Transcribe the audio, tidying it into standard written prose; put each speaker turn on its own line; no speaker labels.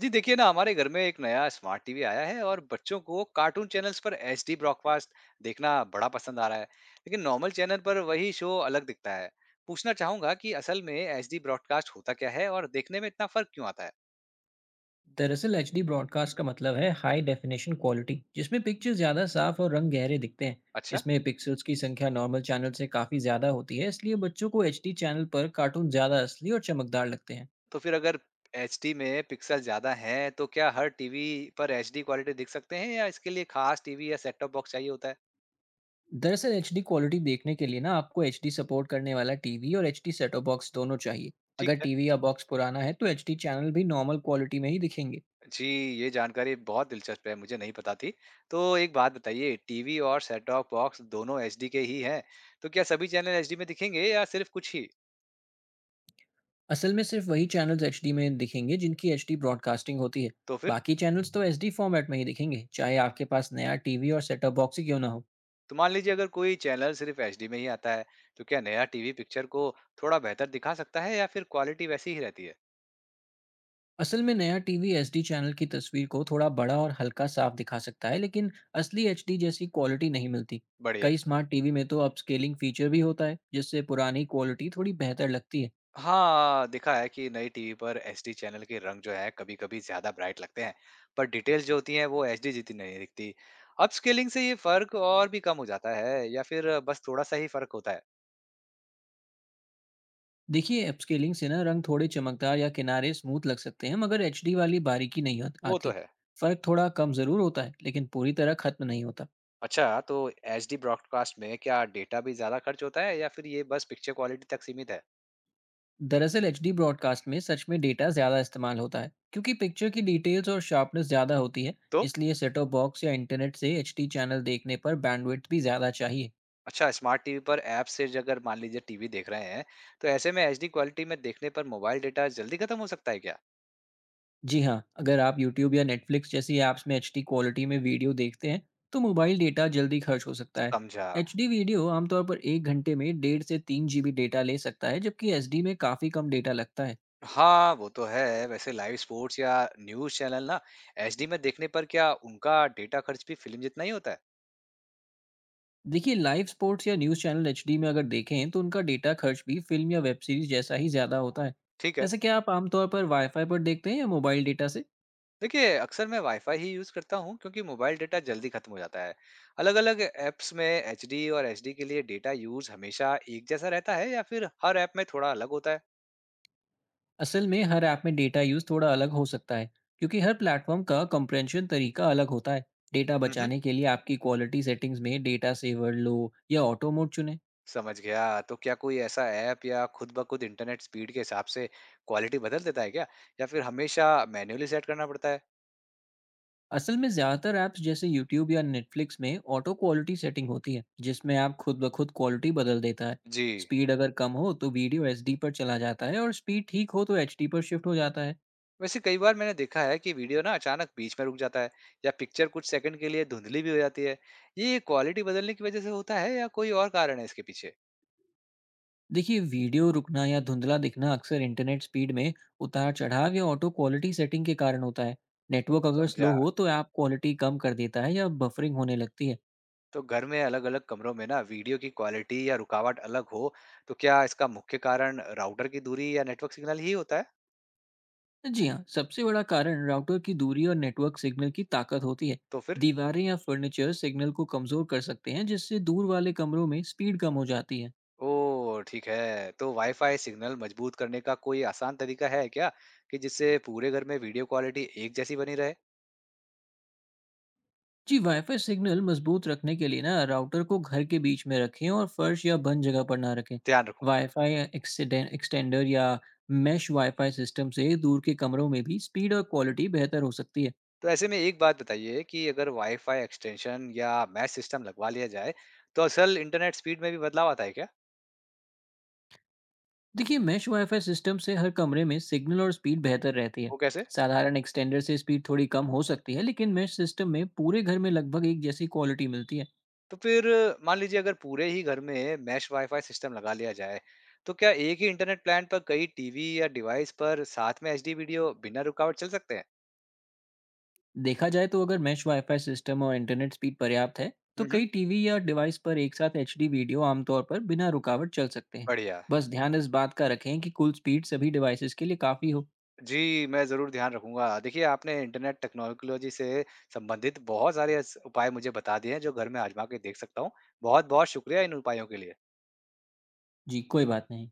जी देखिए ना हमारे घर में एक नया स्मार्ट टीवी आया है और बच्चों को कार्टून चैनल्स पर एचडी ब्रॉडकास्ट देखना बड़ा पसंद आ रहा है। लेकिन नॉर्मल चैनल पर वही शो अलग दिखता है। पूछना चाहूंगा कि असल में एचडी ब्रॉडकास्ट होता क्या है और देखने में इतना फर्क क्यों आता है।
दरअसल एच डी ब्रॉडकास्ट का मतलब है हाई डेफिनेशन क्वालिटी जिसमें पिक्चर ज़्यादा साफ और रंग गहरे दिखते हैं।
अच्छा।
इसमें पिक्सल्स की संख्या नॉर्मल चैनल से काफ़ी ज़्यादा होती है, इसलिए बच्चों को एच डी चैनल पर कार्टून ज़्यादा असली और चमकदार लगते हैं।
तो फिर अगर एचडी में पिक्सल ज्यादा हैं तो क्या हर टीवी पर एचडी क्वालिटी दिख सकते हैं या इसके लिए खास टीवी या सेट टॉप बॉक्स चाहिए होता है।
दरअसल एच डी क्वालिटी देखने के लिए ना आपको एच डी सपोर्ट करने वाला टीवी और एच सेटो बॉक्स दोनों चाहिए। अगर
ठीक है।
टीवी या बॉक्स पुराना है तो एच डी चैनल भी नॉर्मल क्वालिटी में ही दिखेंगे।
जी, ये जानकारी बहुत दिलचस्प है, मुझे नहीं पता थी। तो एक बात बताइए, टीवी और सेट टॉप बॉक्स दोनों एचडी के ही हैं, तो क्या सभी चैनल एचडी में दिखेंगे या सिर्फ कुछ ही?
असल में सिर्फ वही चैनल्स एचडी में दिखेंगे जिनकी एचडी ब्रॉडकास्टिंग होती है।
तो फिर
बाकी चैनल्स तो एसडी फॉर्मेट में ही दिखेंगे चाहे आपके पास नया टीवी और सेटअप बॉक्स ही क्यों ना हो।
तो मान लीजिए अगर कोई चैनल सिर्फ एचडी में ही आता है, तो क्या नया टीवी पिक्चर को थोड़ा बेहतर दिखा सकता है या फिर क्वालिटी वैसी ही रहती है?
असल में नया टीवी एसडी चैनल की तस्वीर को थोड़ा बड़ा और हल्का साफ दिखा सकता है, लेकिन असली एचडी जैसी क्वालिटी नहीं मिलती।
बढ़िया।
कई स्मार्ट टीवी में तो अपस्केलिंग फीचर भी होता है जिससे पुरानी क्वालिटी थोड़ी बेहतर लगती है।
हाँ, देखा है कि नई टीवी पर एचडी चैनल के रंग जो है कभी-कभी ज़्यादा ब्राइट लगते हैं, पर डिटेल्स जो होती हैं वो एचडी जितनी नहीं दिखती। अपस्केलिंग से ये फ़र्क और भी कम हो जाता है या फिर बस थोड़ा-सा ही फ़र्क होता है?
देखिए अपस्केलिंग से ना रंग थोड़े चमकदार या किनारे स्मूथ लग सकते हैं मगर एचडी वाली बारीकी नहीं
वो तो
आती।
है।
फर्क थोड़ा कम जरूर होता है लेकिन पूरी तरह खत्म नहीं होता।
अच्छा, तो एचडी ब्रॉडकास्ट में क्या डेटा भी ज़्यादा खर्च होता है या फिर ये बस पिक्चर क्वालिटी तक सीमित है?
दरअसल एच डी ब्रॉडकास्ट में सच में डेटा ज़्यादा इस्तेमाल होता है क्योंकि पिक्चर की डिटेल्स और शार्पनेस ज़्यादा होती है।
तो?
इसलिए सेटअप बॉक्स या इंटरनेट से एच डी चैनल देखने पर बैंडविड्थ भी ज़्यादा चाहिए।
अच्छा, स्मार्ट टीवी पर ऐप से ज अगर मान लीजिए टीवी देख रहे हैं, तो ऐसे में एचडी क्वालिटी में देखने पर मोबाइल डेटा जल्दी खत्म हो सकता है क्या?
जी हाँ, अगर आप यूट्यूब या नेटफ्लिक्स जैसी ऐप्स में एच डी क्वालिटी में वीडियो देखते हैं तो मोबाइल डेटा जल्दी खर्च हो सकता है।
समझा।
एच डी वीडियो आमतौर पर 1 घंटे में 1.5 से 3 GB डेटा ले सकता है, जबकि एस डी में काफ़ी कम डेटा लगता है।
हाँ, वो तो है। वैसे लाइव स्पोर्ट्स या न्यूज़ चैनल ना एचडी में देखने पर क्या उनका डेटा खर्च भी फ़िल्म जितना ही होता है?
देखिए लाइव स्पोर्ट्स या न्यूज़ चैनल एचडी में अगर देखें तो उनका डेटा खर्च भी फिल्म या वेब सीरीज जैसा ही ज़्यादा होता है।
ठीक है।
जैसे क्या आप आमतौर पर वाईफाई पर देखते हैं या मोबाइल डेटा से?
देखिए, अक्सर मैं वाईफ़ाई ही यूज़ करता हूँ क्योंकि मोबाइल डेटा जल्दी ख़त्म हो जाता है। अलग-अलग ऐप्स में एचडी और एचडी के लिए डेटा यूज़ हमेशा एक जैसा रहता है या फिर हर ऐप में थोड़ा अलग होता है?
असल में हर ऐप में डेटा यूज़ थोड़ा अलग हो सकता है क्योंकि हर प्लेटफॉर्म का कंप्रेंशन तरीका अलग होता है। डेटा
हुँ, हुँ।
बचाने के लिए आपकी क्वालिटी सेटिंग्स में डेटा सेवर लो या ऑटो मोड चुनें।
समझ गया। तो क्या कोई ऐसा ऐप या खुद ब खुद इंटरनेट स्पीड के हिसाब से क्वालिटी बदल देता है क्या? या फिर हमेशा मैन्युअली सेट करना पड़ता है?
असल में ज़्यादातर ऐप्स जैसे यूट्यूब या नेटफ्लिक्स में ऑटो क्वालिटी सेटिंग होती है जिसमें ऐप खुद ब खुद क्वालिटी बदल देता है।
जी।
स्पीड अगर कम हो तो वीडियो एचडी पर चला जाता है और स्पीड ठीक हो तो एचडी पर शिफ्ट हो जाता है।
वैसे कई बार मैंने देखा है कि वीडियो ना अचानक बीच में रुक जाता है या पिक्चर कुछ सेकंड के लिए धुंधली भी हो जाती है। ये क्वालिटी बदलने की वजह से होता है या कोई और कारण है इसके पीछे?
देखिए वीडियो रुकना या धुंधला दिखना अक्सर इंटरनेट स्पीड में उतार चढ़ाव या ऑटो क्वालिटी सेटिंग के कारण होता है। नेटवर्क अगर
समझा।
स्लो हो तो ऐप क्वालिटी कम कर देता है या बफरिंग होने लगती है।
तो घर में अलग अलग कमरों में ना वीडियो की क्वालिटी या रुकावट अलग हो तो क्या इसका मुख्य कारण राउटर की दूरी या नेटवर्क सिग्नल ही होता है?
जी हाँ, सबसे बड़ा कारण राउटर की दूरी और नेटवर्क सिग्नल की ताकत होती है।
तो फिर
दीवारें या फर्नीचर सिग्नल को कमजोर कर सकते हैं जिससे दूर वाले कमरों में स्पीड कम हो जाती है।
ओ ठीक है, तो वाईफाई सिग्नल मजबूत करने का कोई आसान तरीका है क्या कि जिससे पूरे घर में वीडियो क्वालिटी एक जैसी बनी रहे?
जी वाईफाई सिग्नल मजबूत रखने के लिए ना राउटर को घर के बीच में रखें और फर्श या बंद जगह पर ना रखें।
ध्यान रखूंगा।
वाईफाई एक्सटेंडर या मैश वाईफाई सिस्टम से दूर के कमरों में भी स्पीड और क्वालिटी बेहतर हो सकती है।
तो ऐसे में एक बात बताइए कि अगर वाईफाई एक्सटेंशन या मैश सिस्टम लगवा लिया जाए, तो असल इंटरनेट स्पीड में भी बदलाव आता है क्या?
देखिए मेश वाईफाई सिस्टम से हर कमरे में सिग्नल और स्पीड बेहतर रहती है।
वो कैसे?
साधारण एक्सटेंडर से स्पीड थोड़ी कम हो सकती है लेकिन मेश सिस्टम में पूरे घर में लगभग एक जैसी क्वालिटी मिलती है।
तो फिर मान लीजिए अगर पूरे ही घर में मैश वाईफाई सिस्टम लगा लिया जाए, तो क्या एक ही इंटरनेट प्लान पर कई टीवी या डिवाइस पर साथ में एचडी वीडियो बिना रुकावट चल सकते हैं?
देखा जाए तो अगर मेश वाईफाई सिस्टम और इंटरनेट स्पीड पर्याप्त है तो
हुँ, हुँ,
कई टीवी या डिवाइस पर एक साथ एच वीडियो आमतौर पर बिना रुकावट चल सकते हैं।
बढ़िया।
बस ध्यान इस बात का रखें कि कुल स्पीड सभी डिवाइसेस के लिए काफ़ी हो।
जी, मैं ज़रूर ध्यान रखूँगा। देखिए, आपने इंटरनेट टेक्नोलॉजी से संबंधित बहुत सारे ऐसे उपाय मुझे बता दिए हैं, जो घर में आज़मा के देख सकता हूँ। बहुत-बहुत शुक्रिया इन उपायों के लिए।
जी कोई बात नहीं।